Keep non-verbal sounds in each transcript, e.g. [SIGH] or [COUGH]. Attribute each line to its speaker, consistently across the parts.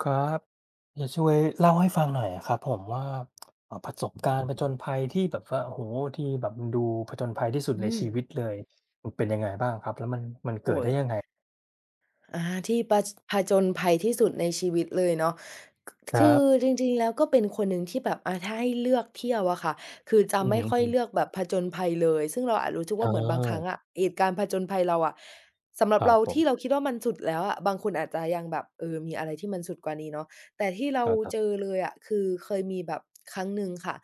Speaker 1: ครับจะช่วยเล่าให้ฟังหน่อยอะครับผมว่าประสบการณ์ผจญภัยที่แบบว่าโอ้โฮที่แบบมันดูผจญภัยที่สุดใน
Speaker 2: อืม
Speaker 1: ชีวิตเลยมันเป็น
Speaker 2: โอ้ยที่ประจผจญภัยที่สุดในชีวิตเลยเนาะค
Speaker 1: ครั
Speaker 2: คื
Speaker 1: บ
Speaker 2: อจริงๆแล้วก็เป็นคนหนึ่งที่แบบถ้าให้เลือกเที่ยวอะค่ะคือจะ
Speaker 1: อือ
Speaker 2: ไม่
Speaker 1: ฮึ
Speaker 2: ค่อยเลือก
Speaker 1: ๆ
Speaker 2: แบบผจญภัยเลย ซึ่งเราอาจรู้สึกว่า
Speaker 1: อา
Speaker 2: เหมือนบางครั้งอะเหตุการณ์ผจญภัยเราอะสำหรั
Speaker 1: ค
Speaker 2: บ
Speaker 1: รับ
Speaker 2: เรา
Speaker 1: ผม
Speaker 2: ที่เราคิดว่ามันสุดแล้วอะบางคนอาจจะยังแบบเออมีอะไรที่มันสุดกว่านี้เนาะแต่ที่เรา
Speaker 1: ครับ
Speaker 2: เจอ
Speaker 1: ๆ
Speaker 2: เลยอะคือเคยมีแบบครั้งหนึ่งค่ะ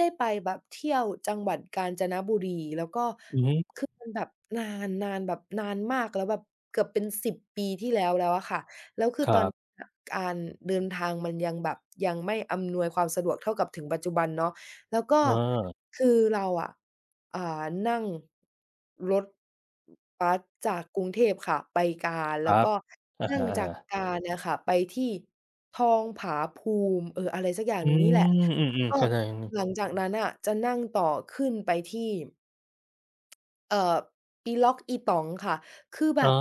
Speaker 2: ได้ไปแบบเที่ยวจังหวัดกาญจนบุรีแล้วก็
Speaker 1: อือฮึ
Speaker 2: คือมันแบบนานแบบนานมากแล้วแบบเกือบเป็นสิบปีที่แล้วแล้วอะค่ะแล้วคือ
Speaker 1: ค
Speaker 2: ต
Speaker 1: รั
Speaker 2: อน
Speaker 1: บ
Speaker 2: อะการเดินทางมันยังแบบยังไม่อำนวยความสะดวกเท่ากับถึงปัจจุบันเนาะแล้วก็
Speaker 1: อา
Speaker 2: คือเราอะอ่านั่งรถบัสจากกรุงเทพค่ะไปกาญ
Speaker 1: ค
Speaker 2: แล้
Speaker 1: รั
Speaker 2: ว
Speaker 1: บ
Speaker 2: ก็
Speaker 1: อะ
Speaker 2: นั่ง
Speaker 1: ฮะ
Speaker 2: จาก
Speaker 1: ๆ
Speaker 2: กาญเนี่ยค่ะไปที่ทองผาภูมิเอออะไรสักอย่าง
Speaker 1: อื
Speaker 2: หนึ่งนี่แหละ
Speaker 1: ม
Speaker 2: แล้
Speaker 1: อื
Speaker 2: ว
Speaker 1: มๆ
Speaker 2: ก็
Speaker 1: เข้าใจ
Speaker 2: หลังจากนั้นอ่ะจะนั่งต่อขึ้นไปที่ เอ่ออีล็อกอีตั๋องค่ะคือแบ
Speaker 1: อา
Speaker 2: บ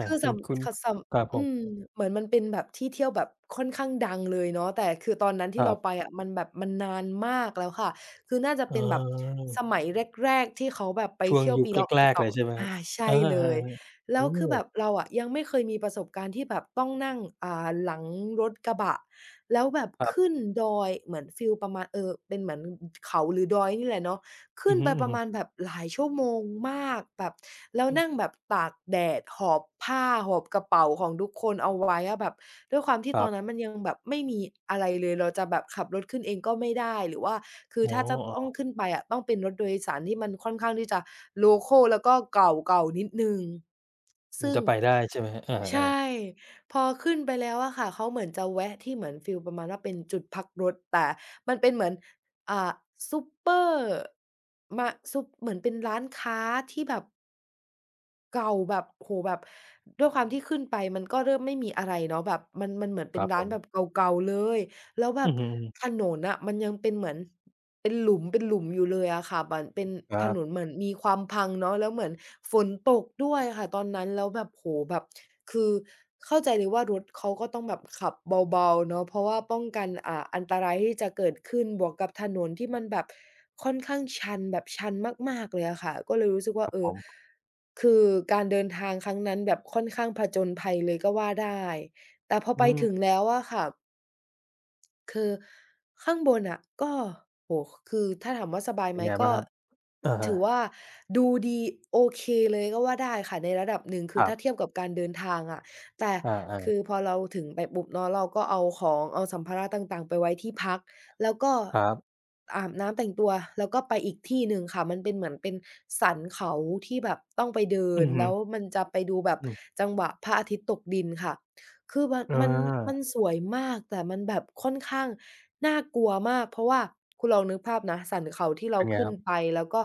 Speaker 2: คือ
Speaker 1: คุ
Speaker 2: ส
Speaker 1: ณคุณ
Speaker 2: ำขส
Speaker 1: ครับ
Speaker 2: ำ
Speaker 1: ผม
Speaker 2: เหมือนมันเป็นแบบที่เที่ยวแบบค่อนข้างดังเลยเนาะแต่คือตอนนั้น
Speaker 1: ค
Speaker 2: ที่
Speaker 1: รั
Speaker 2: เราไป
Speaker 1: บ
Speaker 2: อะมันแบบมันนานมากแล้วค่ะคือน่าจะ
Speaker 1: เอ
Speaker 2: เป็นแบบ
Speaker 1: า
Speaker 2: สมัยแรกๆที่เขาแบบไป
Speaker 1: ช่วง
Speaker 2: เที่ยว
Speaker 1: ยุค
Speaker 2: ปีล็อก
Speaker 1: แร
Speaker 2: อี
Speaker 1: กๆ
Speaker 2: ตั๋
Speaker 1: เล
Speaker 2: อ
Speaker 1: ย
Speaker 2: ง
Speaker 1: ใช่ไหมค
Speaker 2: อา
Speaker 1: รับ
Speaker 2: ใช่
Speaker 1: อา
Speaker 2: เลย
Speaker 1: ๆๆ
Speaker 2: แล้
Speaker 1: โอ้
Speaker 2: วคือแบบเราอะยังไม่เคยมีประสบการณ์ที่แบบต้องนั่งหลังรถกระบะแล้วแบบ
Speaker 1: ครั
Speaker 2: ขึ้น
Speaker 1: บ
Speaker 2: ดอยเหมือนฟีลประมาณเออเป็นเหมือนเขาหรือดอยนี่แหละเนาะ
Speaker 1: อื
Speaker 2: ขึ้
Speaker 1: อ
Speaker 2: น
Speaker 1: ฮึ
Speaker 2: ไปประมาณ
Speaker 1: ๆ
Speaker 2: แบบหลายชั่วโมงมากแบบแล้ว
Speaker 1: อื
Speaker 2: นั่ง
Speaker 1: ม
Speaker 2: แบบตากแดดหอบผ้าหอบกระเป๋าของทุกคนเอาไว้อะแบบด้วยความ
Speaker 1: ค
Speaker 2: ที่ต
Speaker 1: รั
Speaker 2: อ
Speaker 1: บ
Speaker 2: นนั้นมันยังแบบไม่มีอะไรเลยเราจะแบบขับรถขึ้นเองก็ไม่ได้หรือว่าคือ
Speaker 1: อ๋อ
Speaker 2: ถ้าจะต้องขึ้นไปอะต้องเป็นรถโดยสารที่มันค่อนข้างที่จะโลคัลแล้วก็เก่าๆนิดหนึ่ง
Speaker 1: ถึง
Speaker 2: ซึ่ง
Speaker 1: จะไปได้ใช่ไหมครับอ
Speaker 2: ใช่
Speaker 1: าๆ
Speaker 2: พอขึ้นไปแล้วอะค่ะเขาเหมือนจะแวะที่เหมือนฟีลประมาณว่าเป็นจุดพักรถแต่มันเป็นเหมือนอ่าซูเปอร์มาซุเหมือนเป็นร้านค้าที่แบบ เก่าแบบโหแบบด้วยความที่ขึ้นไปมันก็เริ่มไม่มีอะไรเนาะแบบมันเหมือน
Speaker 1: ค
Speaker 2: เป็น
Speaker 1: รับผ
Speaker 2: ร้าน
Speaker 1: ม
Speaker 2: แบบเก่าๆเลยแล้วแบ
Speaker 1: อื
Speaker 2: บ
Speaker 1: อฮึ
Speaker 2: ถนนน่ะมันยังเป็นเหมือนเป็นหลุมเป็นหลุมอยู่เลยอะค่ะมันเป็น
Speaker 1: ครั
Speaker 2: ถนน
Speaker 1: บ
Speaker 2: เหมือนมีความพังเนาะแล้วเหมือนฝนตกด้วยค่ะตอนนั้นแล้วแบบโอ้โฮแบบคือเข้าใจเลยว่ารถเขาก็ต้องแบบขับเบาๆเนาะเพราะว่าป้องกันอันตรายที่จะเกิดขึ้นบวกกับถนนที่มันแบบค่อนข้างชันแบบชันมากๆเลยอะค่ะก็เลยรู้สึกว่าเอ
Speaker 1: ผ
Speaker 2: อ
Speaker 1: ม
Speaker 2: คือการเดินทางครั้งนั้นแบบค่อนข้างผจญภัยเลยก็ว่าได้ แต่พอ
Speaker 1: อื
Speaker 2: ไป
Speaker 1: ม
Speaker 2: ถึงแล้วอะค่ะ คือข้างบนอ่ะก็โอ้โฮคือถ้าถามว่าสบาย
Speaker 1: เป็น
Speaker 2: ไหม
Speaker 1: ไงบ้าง
Speaker 2: ก็
Speaker 1: ครับอา
Speaker 2: ถือว่าดูดีโอเคเลยก็ว่าได้ค่ะในระดับหนึ่งคื
Speaker 1: ค
Speaker 2: อ
Speaker 1: รั
Speaker 2: ถ้าเทีย
Speaker 1: บ
Speaker 2: บกับการเดินทางอะแต่
Speaker 1: อ
Speaker 2: คื
Speaker 1: า
Speaker 2: อพอเราถึงไปปุ๊บเนาะเราก็เอาของเอาสัมภาระต่างๆไปไว้ที่พักแล้วก็
Speaker 1: ๆครับ
Speaker 2: อาบน้ำแต่งตัวแล้วก็ไปอีกที่หนึ่งค่ะมันเป็นเหมือนเป็นสันเขาที่แบบต้องไปเดิ
Speaker 1: อื
Speaker 2: น
Speaker 1: อฮึ
Speaker 2: แล้วมันจะไปดูแบบ
Speaker 1: อืม
Speaker 2: จังหวะพระอาทิตย์ตกดินค่ะ คือมัน
Speaker 1: อ
Speaker 2: มันมัน
Speaker 1: า
Speaker 2: สวยมากแต่มันแบบค่อนข้างน่ากลัวมากเพราะว่าคุณลองนึกภาพนะสันเขาที่เรา
Speaker 1: เป็นไงค
Speaker 2: ขึ้น
Speaker 1: รับ
Speaker 2: ไปแล้วก็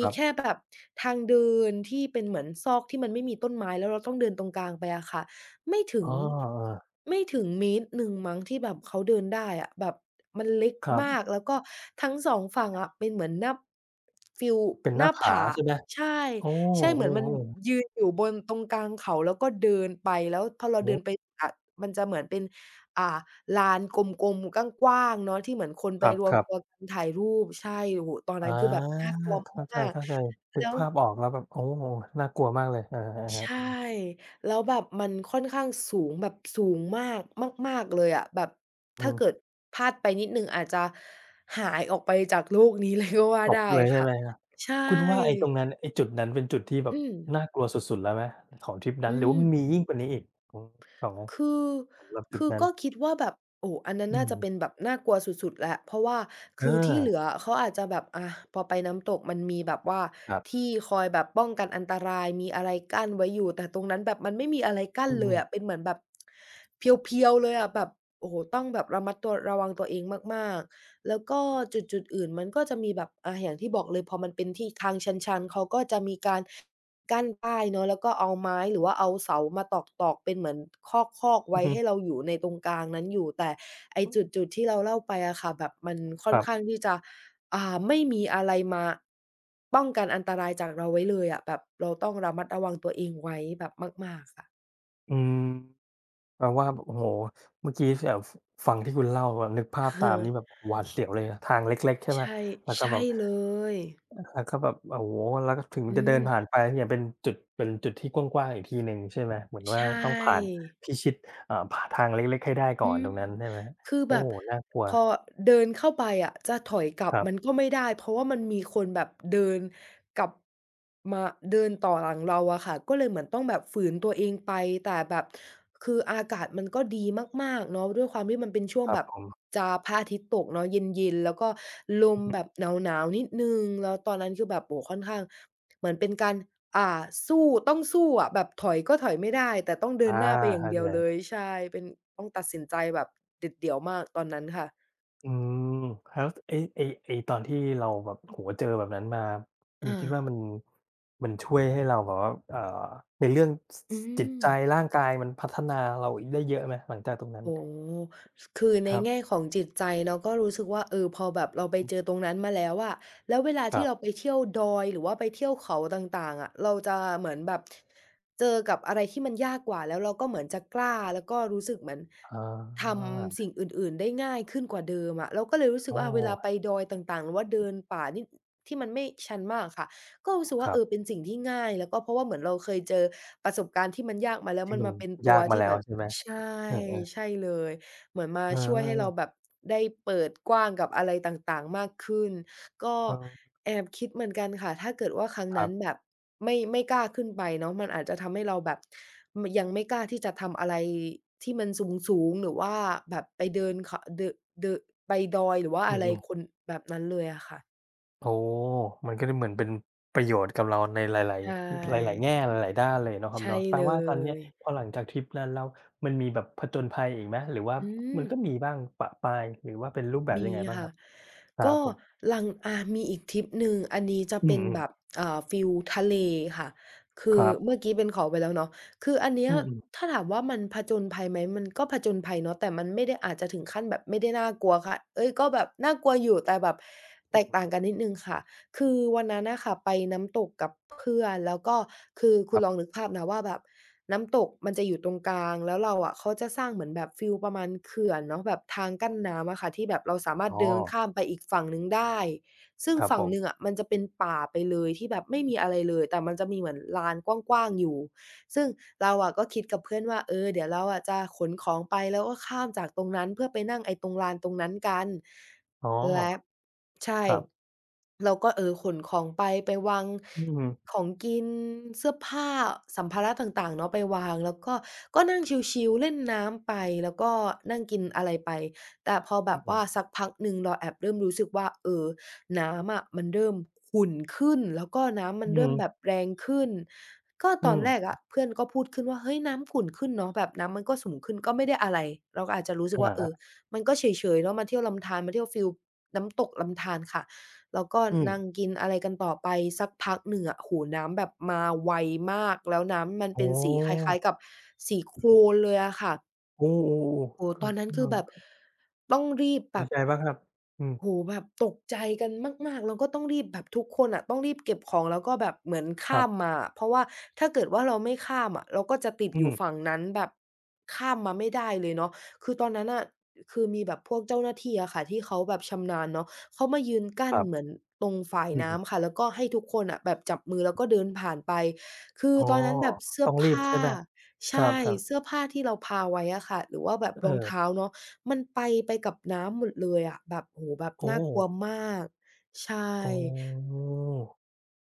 Speaker 1: ค
Speaker 2: ี
Speaker 1: รั
Speaker 2: แค่
Speaker 1: บ
Speaker 2: แบบทางเดินที่เป็นเหมือนซอกที่มันไม่มีต้นไม้แล้วเราต้องเดินตรงกลางไปอะค่ะไม่ถึ
Speaker 1: อ๋
Speaker 2: ง
Speaker 1: อเออ
Speaker 2: ไม่ถึงเมตรหนึ่งมั้งที่แบบเขาเดินได้อะแบบมันเล็ก
Speaker 1: ครั
Speaker 2: มา
Speaker 1: บ
Speaker 2: กแล้วก็ทั้ง2ฝั่งอะเป็นเหมือนหน้าฟีล
Speaker 1: เป็นห
Speaker 2: ห
Speaker 1: น้า
Speaker 2: น้า
Speaker 1: ผา
Speaker 2: ผา
Speaker 1: ใช่ไหม
Speaker 2: ใช่
Speaker 1: โอ้
Speaker 2: ใช่
Speaker 1: เอ
Speaker 2: เห
Speaker 1: อ
Speaker 2: มือนมัน
Speaker 1: ๆ
Speaker 2: ยืนอยู่บนตรงกลางเขาแล้วก็เดินไปแล้วพอเรา
Speaker 1: โอ
Speaker 2: เดินไป
Speaker 1: ้
Speaker 2: อะมันจะเหมือนเป็นอ่าลานกลมๆกว้างๆเนาะที่เหมือนคน
Speaker 1: ค
Speaker 2: ไปรวม
Speaker 1: รับ
Speaker 2: ตั
Speaker 1: ๆ
Speaker 2: วกันถ่ายรูปใช่โอ้โฮตอน
Speaker 1: อา
Speaker 2: นั้นคือแบบน่ากลัว
Speaker 1: เข้า
Speaker 2: มา
Speaker 1: ใ
Speaker 2: ก
Speaker 1: จๆนึ
Speaker 2: แล้
Speaker 1: ก
Speaker 2: ว
Speaker 1: ภาพออกแล้วแบบโอ้น่ากลัวมากเลยอะฮะ
Speaker 2: ใช่แล้วแบบมันค่อนข้างสูงแบบสูงมากมากๆเลยอะแบบ
Speaker 1: ๆอื
Speaker 2: ถ้า
Speaker 1: ม
Speaker 2: เกิดพลาดไปนิดหนึ่งอาจจะหายออกไปจากโลกนี้เลยก็ว่า
Speaker 1: ตบ
Speaker 2: ได้
Speaker 1: เลยใช่
Speaker 2: ค่ะ
Speaker 1: ไหมครับ
Speaker 2: ใช่
Speaker 1: คุณว่าไอ้ตรงนั้นไอ้จุดนั้นเป็นจุดที่แบบ
Speaker 2: อืม
Speaker 1: น่ากลัวสุดๆแล้วไหมของทริปนั้น
Speaker 2: อื
Speaker 1: หรือว่า
Speaker 2: ม
Speaker 1: มันมียิ่งกว่านี้อีกของของ
Speaker 2: คือ
Speaker 1: สำหรับจุด
Speaker 2: คือ
Speaker 1: นั้น
Speaker 2: ก็คิดว่าแบบโอ้อันนั้น
Speaker 1: อื
Speaker 2: น่าจะ
Speaker 1: ม
Speaker 2: เป็นแบบน่ากลัวสุดๆแหละเพราะว่า
Speaker 1: เออ
Speaker 2: คือที่เหลือเขาอาจจะแบบอะพอไปน้ำตกมันมีแบบว่า
Speaker 1: ครับ
Speaker 2: ที่คอยแบบป้องกันอันตรายมีอะไรกั้นไว้อยู่แต่ตรงนั้นแบบมันไม่มีอะไรกั้น
Speaker 1: อื
Speaker 2: เลย
Speaker 1: ม
Speaker 2: อะเป็นเหมือนแบบเพียวๆเลยอะแบบโอ้โฮต้องแบบระมัดตัวระวังตัวเองมากๆแล้วก็จุดๆอื่นมันก็จะมีแบบอะอย่างที่บอกเลยพอมันเป็นที่ทางชันๆเขาก็จะมีการ กั้นป้ายเนาะแล้วก็เอาไม้หรือว่าเอาเสามาตอกๆเป็นเหมือนคอกๆ
Speaker 1: ๆอือ
Speaker 2: ไว้
Speaker 1: ฮึ
Speaker 2: ให้เราอยู่ในตรงกลางนั้นอยู่แต่ไอ้จุดๆที่เราเล่าไปอะค่ะแบบมันค่
Speaker 1: ค
Speaker 2: อน
Speaker 1: รั
Speaker 2: ข้า
Speaker 1: บ
Speaker 2: งที่จะไม่มีอะไรมาป้องกันอันตรายจากเราไว้เลยอะแบบเราต้องระมัดระวังตัวเองไว้แบบมากๆค่ะ
Speaker 1: อืมแปลว่าโอ้โฮเมื่อกี้แบบฟังที่คุณเล่าแบบนึกภาพตามนี่แบบ
Speaker 2: [LAUGHS]
Speaker 1: หวาดเสียวเลยนะทางเล็กๆใช่ไหม
Speaker 2: ใช่
Speaker 1: แล้วก็
Speaker 2: ใช่
Speaker 1: แบบ
Speaker 2: เลย
Speaker 1: อาก็แบบโอ้โฮแล้วก็ถึง
Speaker 2: อื
Speaker 1: จะเดิ
Speaker 2: ม
Speaker 1: นผ่านไปเนี่ยเป็นจุดเป็นจุดที่กว้างๆอีกทีหนึ่งใช่ไหมเหมือนว่า
Speaker 2: ใช่
Speaker 1: ต้องผ่านพิชิตผ่าทางเล็กๆให้ได้ก่อ
Speaker 2: อื
Speaker 1: น
Speaker 2: ม
Speaker 1: ตรงนั้นใช่ไหม
Speaker 2: คือ
Speaker 1: โอ้
Speaker 2: แบบ
Speaker 1: น่ากลัว
Speaker 2: พอเดินเข้าไปอะจะถอยกลั
Speaker 1: ค
Speaker 2: บ
Speaker 1: รั
Speaker 2: มัน
Speaker 1: บ
Speaker 2: ก็ไม่ได้เพราะว่ามันมีคนแบบเดินกลับมาเดินต่อหลังเราอะค่ะก็เลยเหมือนต้องแบบฝืนตัวเองไปแต่แบบคืออากาศมันก็ดีมากๆเนาะด้วยความที่มันเป็นช่ว
Speaker 1: ค
Speaker 2: ง
Speaker 1: รับ
Speaker 2: แบบ
Speaker 1: ผม
Speaker 2: จะพระอาทิตย์ตกเนาะเย็นๆแล้วก็ล
Speaker 1: อื
Speaker 2: ม
Speaker 1: อฮึ
Speaker 2: แบบหนาวๆนิดหนึ่งแล้วตอนนั้นคือแบบโอ้โฮค่อนข้างเหมือนเป็นการ อ่าสู้ต้องสู้อะแบบถอยก็ถอยไม่ได้แต่ต้องเดิ
Speaker 1: อา
Speaker 2: นหน้าไปอย่าง
Speaker 1: เข้า
Speaker 2: เดียวเล
Speaker 1: ใจ
Speaker 2: ยใช่เป็นต้องตัดสินใจแบบเด็ดเดี่ยวมากตอนนั้นค่ะ
Speaker 1: อืมแล้วไอ้ตอนที่เราแบบโอ้โฮเจอแบบนั้นมาคุ
Speaker 2: อา
Speaker 1: ณคิดว่ามันมันช่วยให้เราแบบว่าในเรื่องส
Speaker 2: อื
Speaker 1: สจิตใจ
Speaker 2: ม
Speaker 1: ร่างกายมันพัฒนาเราได้เยอะไหมหลังจากตรงนั้น
Speaker 2: โอ้โฮสคือ
Speaker 1: ค
Speaker 2: ใน
Speaker 1: รับ
Speaker 2: แง่ของจิตใจเราก็รู้สึกว่าเออพอแบบเราไป
Speaker 1: อือ
Speaker 2: เจอตรงนั้นมาแล้วอะแล้วเวลา
Speaker 1: ครั
Speaker 2: ที่เรา
Speaker 1: บ
Speaker 2: ไปเที่ยวดอยหรือว่าไปเที่ยวเขาต่างๆอะเราจะเหมือนแบบเจอกับอะไรที่มันยากกว่าแล้วเราก็เหมือนจะกล้าแล้วก็รู้สึกเหมือน
Speaker 1: อ
Speaker 2: ท
Speaker 1: า
Speaker 2: ำสิ่งอื่นๆได้ง่ายขึ้นกว่าเดิมอะเราก็เลยรู้สึ
Speaker 1: อ้
Speaker 2: ก
Speaker 1: อ
Speaker 2: ว่าเวลาไปดอยต่างๆหรือว่าเดินป่านี่ที่มันไม่ชันมากอะค่ะก็รู้สึก
Speaker 1: ค
Speaker 2: ว่า
Speaker 1: รั
Speaker 2: เออเป็
Speaker 1: บ
Speaker 2: นสิ่งที่ง่ายแล้วก็เพราะว่าเหมือนเราเคยเจอประสบการณ์ที่มันยากมาแล้ว
Speaker 1: ที่
Speaker 2: มัน
Speaker 1: มัน
Speaker 2: มาเป็นตั
Speaker 1: ยา
Speaker 2: ว
Speaker 1: กมา
Speaker 2: ที่
Speaker 1: แล้
Speaker 2: เห
Speaker 1: ว
Speaker 2: มือน
Speaker 1: ใช่ไหม
Speaker 2: ใช่
Speaker 1: เออ
Speaker 2: ใช่
Speaker 1: ๆ
Speaker 2: เลยเหมือนมา
Speaker 1: เ
Speaker 2: ช่วยให้เรา
Speaker 1: ออ
Speaker 2: แบบได้เปิดกว้างกับอะไรต่างๆมากขึ้นก็
Speaker 1: เออ
Speaker 2: แอบคิดเหมือนกันค่ะถ้าเกิดว่าครั้ง
Speaker 1: ครั
Speaker 2: นั้นแบ
Speaker 1: บ
Speaker 2: บไม่กล้าขึ้นไปเนาะมันอาจจะทำให้เราแบบมยังไม่กล้าที่จะทำอะไรที่มันสูงๆหรือว่าแบบไปเดินขเดอะเดอะไปดอยหรือว่า
Speaker 1: อื
Speaker 2: อะไร
Speaker 1: ม
Speaker 2: คนแบบนั้นเลยอะค่ะ
Speaker 1: ๆโอ้มันก็เลยเหมือนเป็นประโยชน์กับเราในหลา
Speaker 2: ใช
Speaker 1: ยๆหลายๆ
Speaker 2: ่
Speaker 1: แง่หลายๆด้านเลยเนาะครับ
Speaker 2: ใช่
Speaker 1: เนาะแปล
Speaker 2: เล
Speaker 1: ว่าตอนเนี้ย
Speaker 2: ย
Speaker 1: พอหลังจากทริปนั้นแล้วมันมีแบบผจญภัยอีกไหมหรือว่า
Speaker 2: อื
Speaker 1: มั
Speaker 2: ม
Speaker 1: นก็มีบ้างปะปายหรือว่าเป็นรูปแบบยั
Speaker 2: มี
Speaker 1: งไงบ้างค
Speaker 2: ค่ะ
Speaker 1: รับครั
Speaker 2: ก็
Speaker 1: บผม
Speaker 2: หลังอามีอีกทริปหนึ่งอันนี้จะ
Speaker 1: อื
Speaker 2: เป็
Speaker 1: ม
Speaker 2: นแบบ
Speaker 1: ๆ
Speaker 2: อ่าฟีลทะเลค่ะคื
Speaker 1: ค
Speaker 2: อ
Speaker 1: รั
Speaker 2: เมื่อ
Speaker 1: บ
Speaker 2: กี้เป็นขอไปแล้วเนาะคืออันเนี้
Speaker 1: อื
Speaker 2: ย
Speaker 1: มๆ
Speaker 2: ถ้าถามว่ามันผจญภัยไหมมันก็ผจญภัยเนาะแต่มันไม่ได้อาจจะถึงขั้นแบบไม่ได้น่ากลัวค่ะเอ๊ยก็แบบน่ากลัวอยู่แต่แบบแตกต่างกันนิดหนึ่งค่ะ คือวันนั้นน่ะค่ะไปน้ำตกกับเพื่อนแล้วก็คือ
Speaker 1: ค
Speaker 2: คุณ
Speaker 1: รั
Speaker 2: ลองนึ
Speaker 1: บ
Speaker 2: กภาพนะว่าแบบน้ำตกมันจะอยู่ตรงกลางแล้วเราอะเขาจะสร้างเหมือนแบบฟีลประมาณเขื่อนเนาะแบบทางกั้นน้ำอะค่ะที่แบบเราสามารถ
Speaker 1: อ๋อ
Speaker 2: เดินข้ามไปอีกฝั่งหนึ่งได้ซึ่ง
Speaker 1: ครับผ
Speaker 2: ฝั่ง
Speaker 1: ม
Speaker 2: หนึ่งอะมันจะเป็นป่าไปเลยที่แบบไม่มีอะไรเลยแต่มันจะมีเหมือนลานกว้างๆอยู่ซึ่งเราอะก็คิดกับเพื่อนว่าเออเดี๋ยวเราอะจะขนของไปแล้วก็ข้ามจากตรงนั้นเพื่อไปนั่งไอ้ตรงลานตรงนั้นกัน
Speaker 1: อ๋อ
Speaker 2: และใช่
Speaker 1: ครับ
Speaker 2: เราก็เออขนของไปไปวาง
Speaker 1: อืม
Speaker 2: ของกินเสื้อผ้าสัมภาระต่างๆเนาะไปวางแล้วก็ก็นั่งชิลๆเล่นน้ำไปแล้วก็นั่งกินอะไรไปแต่พอแบ
Speaker 1: อื
Speaker 2: บว่า
Speaker 1: ม
Speaker 2: สักพักหนึ่งเราแอบเริ่มรู้สึกว่าเออน้ำอะมันเริ่มขุ่นขึ้นแล้วก็น้ำมั
Speaker 1: อื
Speaker 2: นเริ่มแบบ
Speaker 1: ม
Speaker 2: แรงขึ้นก็
Speaker 1: อื
Speaker 2: ตอนแรก
Speaker 1: ม
Speaker 2: อะเพื่อนก็พูดขึ้นว่าเฮ้ยน้ำขุ่นขึ้นเนาะแบบน้ำมันก็สูงขึ้นก็ไม่ได้อะไรเราก็อาจจะรู้สึก
Speaker 1: อา
Speaker 2: ว่าเออ
Speaker 1: ๆ
Speaker 2: มันก็เฉยๆเนาะมาเที่ยวลำธารมาเที่ยวฟีลน้ำตกลำธารค่ะแล้วก็
Speaker 1: อืม
Speaker 2: นั่งกินอะไรกันต่อไปสักพักหนึ่งอะโอ้โฮน้ำแบบมาไวมากแล้วน้ำมัน
Speaker 1: โอ้
Speaker 2: เป็นสีคล้ายๆกับสีโคลนเลยอะค่ะ
Speaker 1: โอ้ๆ
Speaker 2: โอ้
Speaker 1: ๆ
Speaker 2: โฮ
Speaker 1: คื
Speaker 2: ต
Speaker 1: อ
Speaker 2: อนนั้น
Speaker 1: เอ
Speaker 2: คือแบบ
Speaker 1: อ
Speaker 2: ต้องรีบ
Speaker 1: เป็
Speaker 2: แบ
Speaker 1: น
Speaker 2: บ
Speaker 1: ไงบ้างครับอืม
Speaker 2: โอ้โฮแบบตกใจกันมากๆแล้วก็ต้องรีบแบบทุกคนอะต้องรีบเก็บของแล้วก็แบบเหมือน
Speaker 1: ครั
Speaker 2: ข้าม
Speaker 1: บ
Speaker 2: มาอะเพราะว่าถ้าเกิดว่าเราไม่ข้ามอะเราก็จะติด
Speaker 1: อื
Speaker 2: อยู่
Speaker 1: ม
Speaker 2: ฝั่งนั้นแบบข้ามมาไม่ได้เลยเนาะคือตอนนั้นน่ะคือมีแบบพวกเจ้าหน้าที่อะค่ะที่เขาแบบชำนาญเนาะเขามายืน
Speaker 1: ค
Speaker 2: กั้น
Speaker 1: รั
Speaker 2: เห
Speaker 1: บ
Speaker 2: มือนตรงฝ่าย
Speaker 1: อืม
Speaker 2: น้ำค่ะแล้วก็ให้ทุกคนอะแบบจับมือแล้วก็เดินผ่านไปคือ
Speaker 1: อ๋อ
Speaker 2: ตอนนั้นแบบเสื้อ
Speaker 1: ต้องรีบ
Speaker 2: ผ้า
Speaker 1: ใช่ไหมคร
Speaker 2: ใช่
Speaker 1: ับๆ
Speaker 2: เสื้อผ้าที่เราพาไว้อะค่ะหรือว่าแบบ
Speaker 1: เ
Speaker 2: รองเท้า
Speaker 1: ออ
Speaker 2: เนาะ มันไปไปกับน้ำหมดเลยอะแบบโอ้โฮแบบ
Speaker 1: โอ้
Speaker 2: น่ากลัวมากใช่
Speaker 1: อ๋อ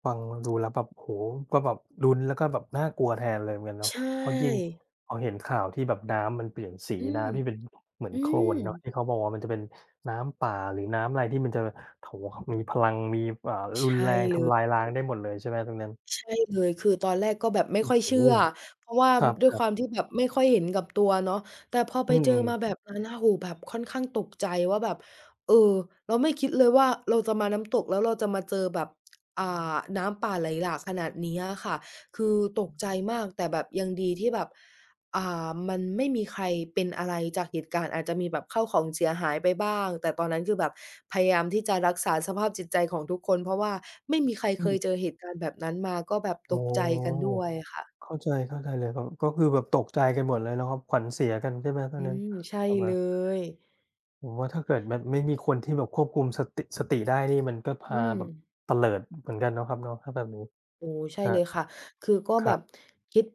Speaker 1: ฟังดูแล้วแบบโอ้โฮก็แบบลุ้นแล้วก็แบบน่ากลัวแทนเลยเหมือนกันเนาะ
Speaker 2: ใช
Speaker 1: เพราะยิ่ง
Speaker 2: ่
Speaker 1: พอเห็นข่าวที่แบบน้ำมันเปลี่ยนสี
Speaker 2: อืม
Speaker 1: น้ำที่เป็นเหมือน
Speaker 2: อื
Speaker 1: โคลน
Speaker 2: ม
Speaker 1: เนาะที่เขาบอกว่ามันจะเป็นน้ำป่าหรือน้ำอะไรที่มันจะโอ้โฮมีพลังมีอ่ารุ
Speaker 2: ใช
Speaker 1: นแร
Speaker 2: ่
Speaker 1: ง
Speaker 2: เล
Speaker 1: ทำลาย
Speaker 2: ย
Speaker 1: ล้างได้หมดเลยใช่ไหมตรงนั้น
Speaker 2: ใช่เลยคือตอนแรกก็แบบไม่
Speaker 1: โอ้
Speaker 2: ค่อย
Speaker 1: โฮ
Speaker 2: เชื่อเพราะว่า
Speaker 1: คร
Speaker 2: ด้วย
Speaker 1: ั
Speaker 2: ความ
Speaker 1: บ
Speaker 2: ที่แบบไม่ค่อยเห็นกับตัวเนาะแต่พอ
Speaker 1: ๆ
Speaker 2: ไป
Speaker 1: อื
Speaker 2: เจ
Speaker 1: ม
Speaker 2: อมา
Speaker 1: ๆ
Speaker 2: แบบนั้นน่ะโอ้โฮแบบค่อนข้างตกใจว่าแบบเออเราไม่คิดเลยว่าเราจะมาน้ำตกแล้วเราจะมาเจอแบบอ่าน้ำป่าไหลหลากขนาดนี้อะค่ะคือตกใจมากแต่แบบยังดีที่แบบ อ่ามันไม่มีใครเป็นอะไรจากเหตุการณ์อาจจะมีแบบข้าวของเสียหายไปบ้างแต่ตอนนั้นคือแบบพยายามที่จะรักษาสภาพจิตใจของทุกคนเพราะว่าไม่มีใคร
Speaker 1: อื
Speaker 2: เคย
Speaker 1: ม
Speaker 2: เจอเหตุการณ์แบบนั้นมาก็แบบ
Speaker 1: อ๋
Speaker 2: ต
Speaker 1: อ
Speaker 2: กใจกันด้วยค่ะ
Speaker 1: เข้าใจเข้าใจเลยครับก็คือแบบตกใจกันหมดเลยเนาะครับขวัญเสียกันใช่ไหมตอ
Speaker 2: อื
Speaker 1: นนั้น
Speaker 2: มใช่
Speaker 1: แบบ
Speaker 2: เล
Speaker 1: ว่า
Speaker 2: ย
Speaker 1: ผมว่าถ้าเกิดแบบไม่มีคนที่แบบควบคุมสติได้นี่มันก็
Speaker 2: อื
Speaker 1: พา
Speaker 2: ม
Speaker 1: แบบเตลิดเหมือนกันเนาะครับเนาะถ้าแบบนี้
Speaker 2: โอ้
Speaker 1: ค
Speaker 2: ใช่
Speaker 1: รั
Speaker 2: เลย
Speaker 1: บ
Speaker 2: ค่ะคือก็
Speaker 1: ค
Speaker 2: แบ
Speaker 1: รั
Speaker 2: บ
Speaker 1: บ
Speaker 2: คิด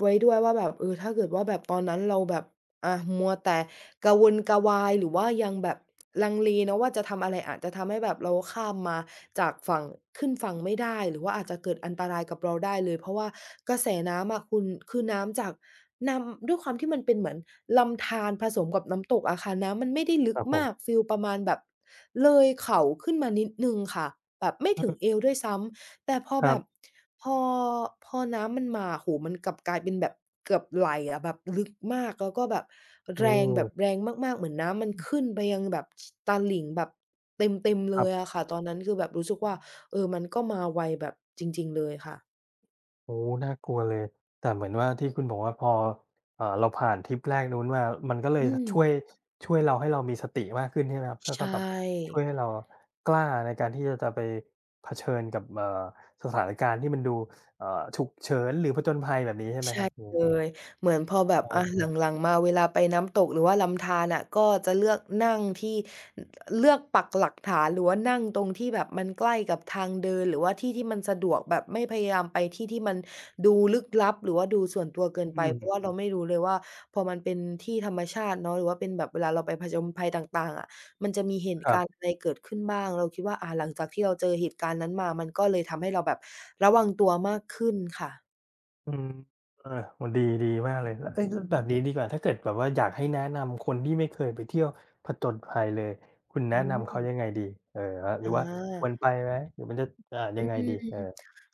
Speaker 2: ไว้ด้วยว่าแบบเออถ้าเกิดว่าแบบตอนนั้นเราแบบมัวแต่กระวนกระวายหรือว่ายังแบบลังเลเนาะว่าจะทำอะไรอาจจะทำให้แบบเราข้ามมาจากฝั่งขึ้นฝั่งไม่ได้หรือว่าอาจจะเกิดอันตรายกับเราได้เลยเพราะว่ากระแสน้ำอะคุณคือน้ำจากน้ำด้วยความที่มันเป็นเหมือนลำธารผสมกับน้ำตกอะค่ะน้ำมันไม่ได้ลึ
Speaker 1: ค
Speaker 2: ก
Speaker 1: รับผม
Speaker 2: มากฟีลประมาณแบบเลยเข่าขึ้นมานิดหนึ่งค่ะแบบไม่
Speaker 1: อื
Speaker 2: ถึงเอ
Speaker 1: ม
Speaker 2: วด้วยซ้ำ แต่พอ
Speaker 1: ครั
Speaker 2: แบบ
Speaker 1: บ
Speaker 2: พอพอน้ำมันมาโอ้โฮมันกลับกลายเป็นแบบเกือบไหล่อะแบบลึกมากแล้วก็แบบ
Speaker 1: อื
Speaker 2: แรงแบบแร
Speaker 1: ม
Speaker 2: งมากๆเหมือนน้ำมันขึ้นไปยังแบบชตาหลิ่งแบบเต็มๆ
Speaker 1: ค
Speaker 2: เล
Speaker 1: รั
Speaker 2: ย
Speaker 1: บ
Speaker 2: อะค่ะตอนนั้นคือแบบรู้สึกว่าเออมันก็มาไวแบบจริงๆเลยค่ะ
Speaker 1: โอ้น่ากลัวเลย แต่เหมือนว่าที่คุณบอกว่าพอเราผ่านทริปแรกนู้นมามันก็เลย
Speaker 2: อืม
Speaker 1: ช่วยช่วยเราให้เรามีสติมากขึ้นใช่ไหมครับแล้วก็
Speaker 2: ใช่
Speaker 1: แบบช่วยให้เรากล้าในการที่จะไปเผชิญกับสถานการณ์ที่มันดูเอ่อฉุกเฉินหรือผจญภัยแบบนี้ใช่ไหมค
Speaker 2: ใช่
Speaker 1: รับโอ้
Speaker 2: เลยเหมือนพอแบบอะ
Speaker 1: โอ
Speaker 2: หลังๆมาเวลาไปน้ำตกหรือว่าลำธารน่ะก็จะเลือกนั่งที่เลือกปักหลักฐานหรือว่านั่งตรงที่แบบมันใกล้กับทางเดินหรือว่าที่ที่มันสะดวกแบบไม่พยายามไปที่ที่มันดูลึกลับหรือว่าดูส่วนตัวเกิน
Speaker 1: อื
Speaker 2: ไป
Speaker 1: ม
Speaker 2: เพราะว่าเราไม่รู้เลยว่าพอมันเป็นที่ธรรมชาติเนาะหรือว่าเป็นแบบเวลาเราไปผจญภัยต่างๆอะมันจะมีเห
Speaker 1: ค
Speaker 2: ตุ
Speaker 1: รั
Speaker 2: การณ์
Speaker 1: บ
Speaker 2: อะไรเกิดขึ้นบ้างเราคิดว่าอาหลังจากที่เราเจอเหตุการณ์นั้นมามันก็เลยทำให้เราแบบระวังตัวมากขึ้นค่ะ
Speaker 1: อืมเออมันดีมากเลยแล้วเอ๊ยแล้วแบบนี้ดีกว่า ถ้าเกิดแบบว่าอยากให้แนะนำคนที่ไม่เคยไปเที่ยวผจญภัยเลย คุณแนะ
Speaker 2: อื
Speaker 1: นำ
Speaker 2: ม
Speaker 1: เขายังไงดีเออแล้วห
Speaker 2: อ
Speaker 1: รือว่าควร
Speaker 2: า
Speaker 1: ไปไหมหรือมันจะยั
Speaker 2: อื
Speaker 1: งไงดี
Speaker 2: ม
Speaker 1: เออ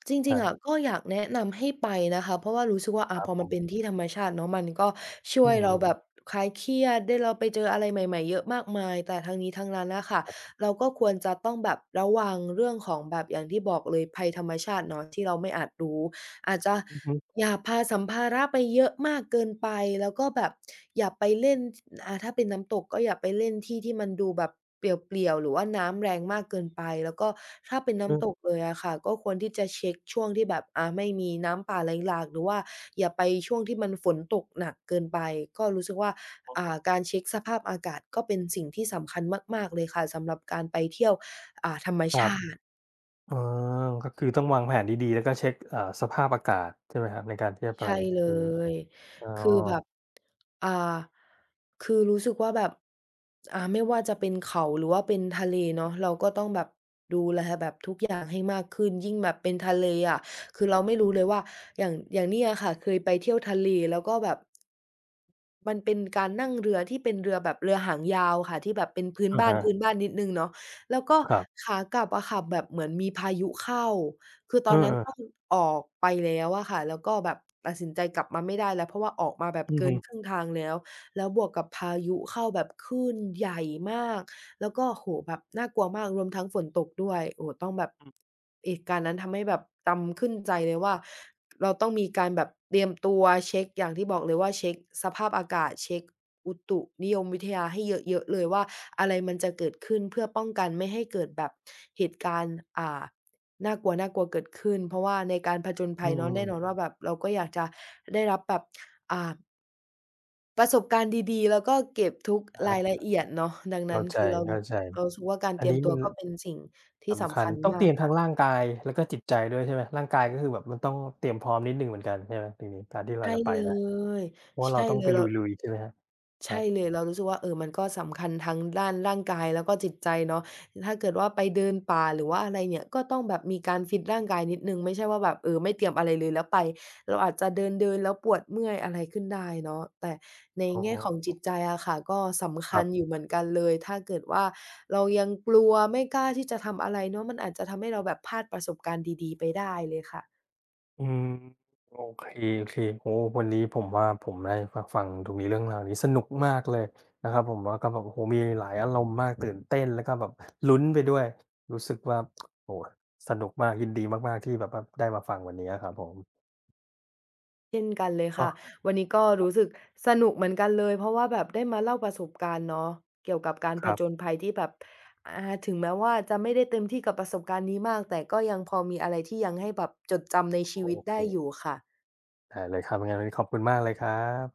Speaker 2: จ
Speaker 1: ค
Speaker 2: ริ
Speaker 1: รั
Speaker 2: งๆอะ
Speaker 1: บ
Speaker 2: ก็อยากแนะนำให้ไปนะคะเพราะว่ารู้สึกว่า
Speaker 1: ค
Speaker 2: อา
Speaker 1: รับ
Speaker 2: พอ
Speaker 1: ผ
Speaker 2: มัน
Speaker 1: ม
Speaker 2: เป็นที่ธรรมชาติเนาะมันก็ช่
Speaker 1: อื
Speaker 2: วยเราแบบ
Speaker 1: ม
Speaker 2: คลายเครียดได้เราไปเจออะไรใหม่ๆเยอะมากมายแต่ทั้งนี้ทั้งนั้นน่ะค่ะเราก็ควรจะต้องแบบระวังเรื่องของแบบอย่างที่บอกเลยภัยธรรมชาติเนาะที่เราไม่อาจรู้ อาจจะ
Speaker 1: อือฮึ
Speaker 2: อย่าพาสัมภาระไปเยอะมากเกินไปแล้วก็แบบอย่าไปเล่นถ้าเป็นน้ำตกก็อย่าไปเล่นที่ที่มันดูแบบเปลี่ยวๆหรือว่าน้ำแรงมากเกินไปแล้วก็ถ้าเป็น
Speaker 1: อือ
Speaker 2: น้ำตกเลยอะค่ะก็ควรที่จะเช็กช่วงที่แบบไม่มีน้ำป่าไหลหลากหรือว่าอย่าไปช่วงที่มันฝนตกหนักเกินไปก็รู้สึกว่า
Speaker 1: ครับ
Speaker 2: การเช็กสภาพอากาศก็เป็นสิ่งที่สำคัญมากๆเลยค่ะสำหรับการไปเที่ยว
Speaker 1: ครับอ๋อก็คือต้องวางแผนดีๆ แล้วก็เช็กสภาพอากาศใช่ไหมครับในการที่จะไป
Speaker 2: ใช่เล
Speaker 1: อืม
Speaker 2: ย
Speaker 1: อ๋อ
Speaker 2: คือแบบอ่าคือรู้สึกว่าแบบไม่ว่าจะเป็นเขาหรือว่าเป็นทะเลเนาะเราก็ต้องแบบดูแลแบบทุกอย่างให้มากขึ้นยิ่งแบบเป็นทะเลอะคือเราไม่รู้เลยว่า อย่างอย่างเนี้ยค่ะเคยไปเที่ยวทะเลแล้วก็แบบ มันเป็นการนั่งเรือที่เป็นเรือแบบเรือหางยาวค่ะที่แบบเป็นพื้น
Speaker 1: อะ
Speaker 2: บ้าน
Speaker 1: ฮะ
Speaker 2: พื้นบ้านนิดหนึ่งเนาะแล้วก็
Speaker 1: ครับ
Speaker 2: ขากลับอะค่ะแบบเหมือนมีพายุเข้าคือต
Speaker 1: เอ
Speaker 2: อนนั้นต้อง
Speaker 1: อ
Speaker 2: ออกไปแล้วอะค่ะแล้วก็แบบตัดสินใจกลับมาไม่ได้แล้วเพราะว่าออกมาแบบ
Speaker 1: ๆอือ
Speaker 2: เกิ
Speaker 1: ฮึ
Speaker 2: นครึ่งทางแล้ว แล้วบวกกับพายุเข้าแบบคลื่นใหญ่มากแล้วก็โอ้โฮแบบน่ากลัวมากรวมทั้งฝนตกด้วยโอ้โฮต้องแบบเหตุการณ์นั้นทำให้แบบจำขึ้นใจเลยว่าเราต้องมีการแบบเตรียมตัวเช็กอย่างที่บอกเลยว่าเช็กสภาพอากาศเช็กอุตุนิยมวิทยาให้เยอะๆเลยว่าอะไรมันจะเกิดขึ้นเพื่อป้องกันไม่ให้เกิดแบบเหตุการณ์น่ากลัวน่ากลัวเกิดขึ้นเพราะว่าในการผจญ
Speaker 1: อื
Speaker 2: ภัยเนาะ
Speaker 1: ม
Speaker 2: แน่นอนว่าแบบเราก็อยากจะได้รับแบบอ่า ประสบการณ์ดีๆ แล้วก็เก็บทุก
Speaker 1: ๆอา
Speaker 2: รายละเอียดเนาะดังนั้
Speaker 1: เข้า
Speaker 2: นคือเรา
Speaker 1: ใจ
Speaker 2: เรารู้สึกว่าการ
Speaker 1: ๆอั
Speaker 2: เต
Speaker 1: น
Speaker 2: รียม
Speaker 1: นี้
Speaker 2: ตั
Speaker 1: มั
Speaker 2: ว
Speaker 1: น
Speaker 2: ก็เป็นสิ่งที่
Speaker 1: สำ
Speaker 2: สำ
Speaker 1: คัญ
Speaker 2: คัญ
Speaker 1: ต้องเต
Speaker 2: มาก
Speaker 1: รียมทั้
Speaker 2: ค่ะ
Speaker 1: งร่างกายแล้วก็จิตใจด้วยใช่ไหมร่างกายก็คือแบบมันต้องเตรียมพร้อมนิดหนึ่งเหมือนกันใช่ไหมตรงนี้การที่เรา
Speaker 2: ใช่
Speaker 1: จะไป
Speaker 2: เล
Speaker 1: ได้
Speaker 2: ย
Speaker 1: เพราะว่าเรา
Speaker 2: ใช่
Speaker 1: ต้อง
Speaker 2: เล
Speaker 1: ไป
Speaker 2: ย
Speaker 1: ล
Speaker 2: เรา
Speaker 1: ุยๆใช่ไหมครับครั
Speaker 2: ใช่
Speaker 1: บ
Speaker 2: เลยเรารู้สึกว่าเออมันก็สำคัญทั้งด้านร่างกายแล้วก็จิตใจเนาะถ้าเกิดว่าไปเดินป่าหรือว่าอะไรเนี่ยก็ต้องแบบมีการฟิตร่างกายนิดหนึ่งไม่ใช่ว่าแบบเออไม่เตรียมอะไรเลยแล้วไปเราอาจจะเดินๆแล้วปวดเมื่อยอะไรขึ้นได้เนาะแต่ใน
Speaker 1: อ๋อ
Speaker 2: แง่ของจิตใจอะค่ะก็สำ
Speaker 1: ค
Speaker 2: คั
Speaker 1: รั
Speaker 2: ญ
Speaker 1: บ
Speaker 2: อยู่เหมือนกันเลยถ้าเกิดว่าเรายังกลัวไม่กล้าที่จะทำอะไรเนาะมันอาจจะทำให้เราแบบพลาดประสบการณ์ดีๆไปได้เลยค่ะ
Speaker 1: อืมโอเคๆโอ้โฮวันนี้ผมว่าผมได้มาฟังตรงนี้เรื่องราวนี้สนุกมากเลยนะครับผมแล้วก็แบบโอ้โฮมีหลายอารมณ์มากตื่นเต้นแล้วก็แบบลุ้นไปด้วยรู้สึกว่าโอ้โฮสนุกมากยินดีมากๆที่แบบว่าได้มาฟังวันนี้อะครับผม
Speaker 2: เช่นกันเลยค่ะ
Speaker 1: ก็
Speaker 2: วันนี้ก็รู้สึกสนุกเหมือนกันเลยเพราะว่าแบบได้มาเล่าประสบการณ์เนาะเกี่ยวกับการ
Speaker 1: ค
Speaker 2: ผ
Speaker 1: รั
Speaker 2: จ
Speaker 1: บ
Speaker 2: ญภัยที่แบบถึงแม้ว่าจะไม่ได้เต็มที่กับประสบการณ์นี้มากแต่ก็ยังพอมีอะไรที่ยังให้แบบจดจำในชี
Speaker 1: โอ
Speaker 2: วิต
Speaker 1: เค
Speaker 2: ได้อยู่ค่ะ
Speaker 1: ได้เลยครับยังไงวันนี้ขอบคุณมากเลยครับ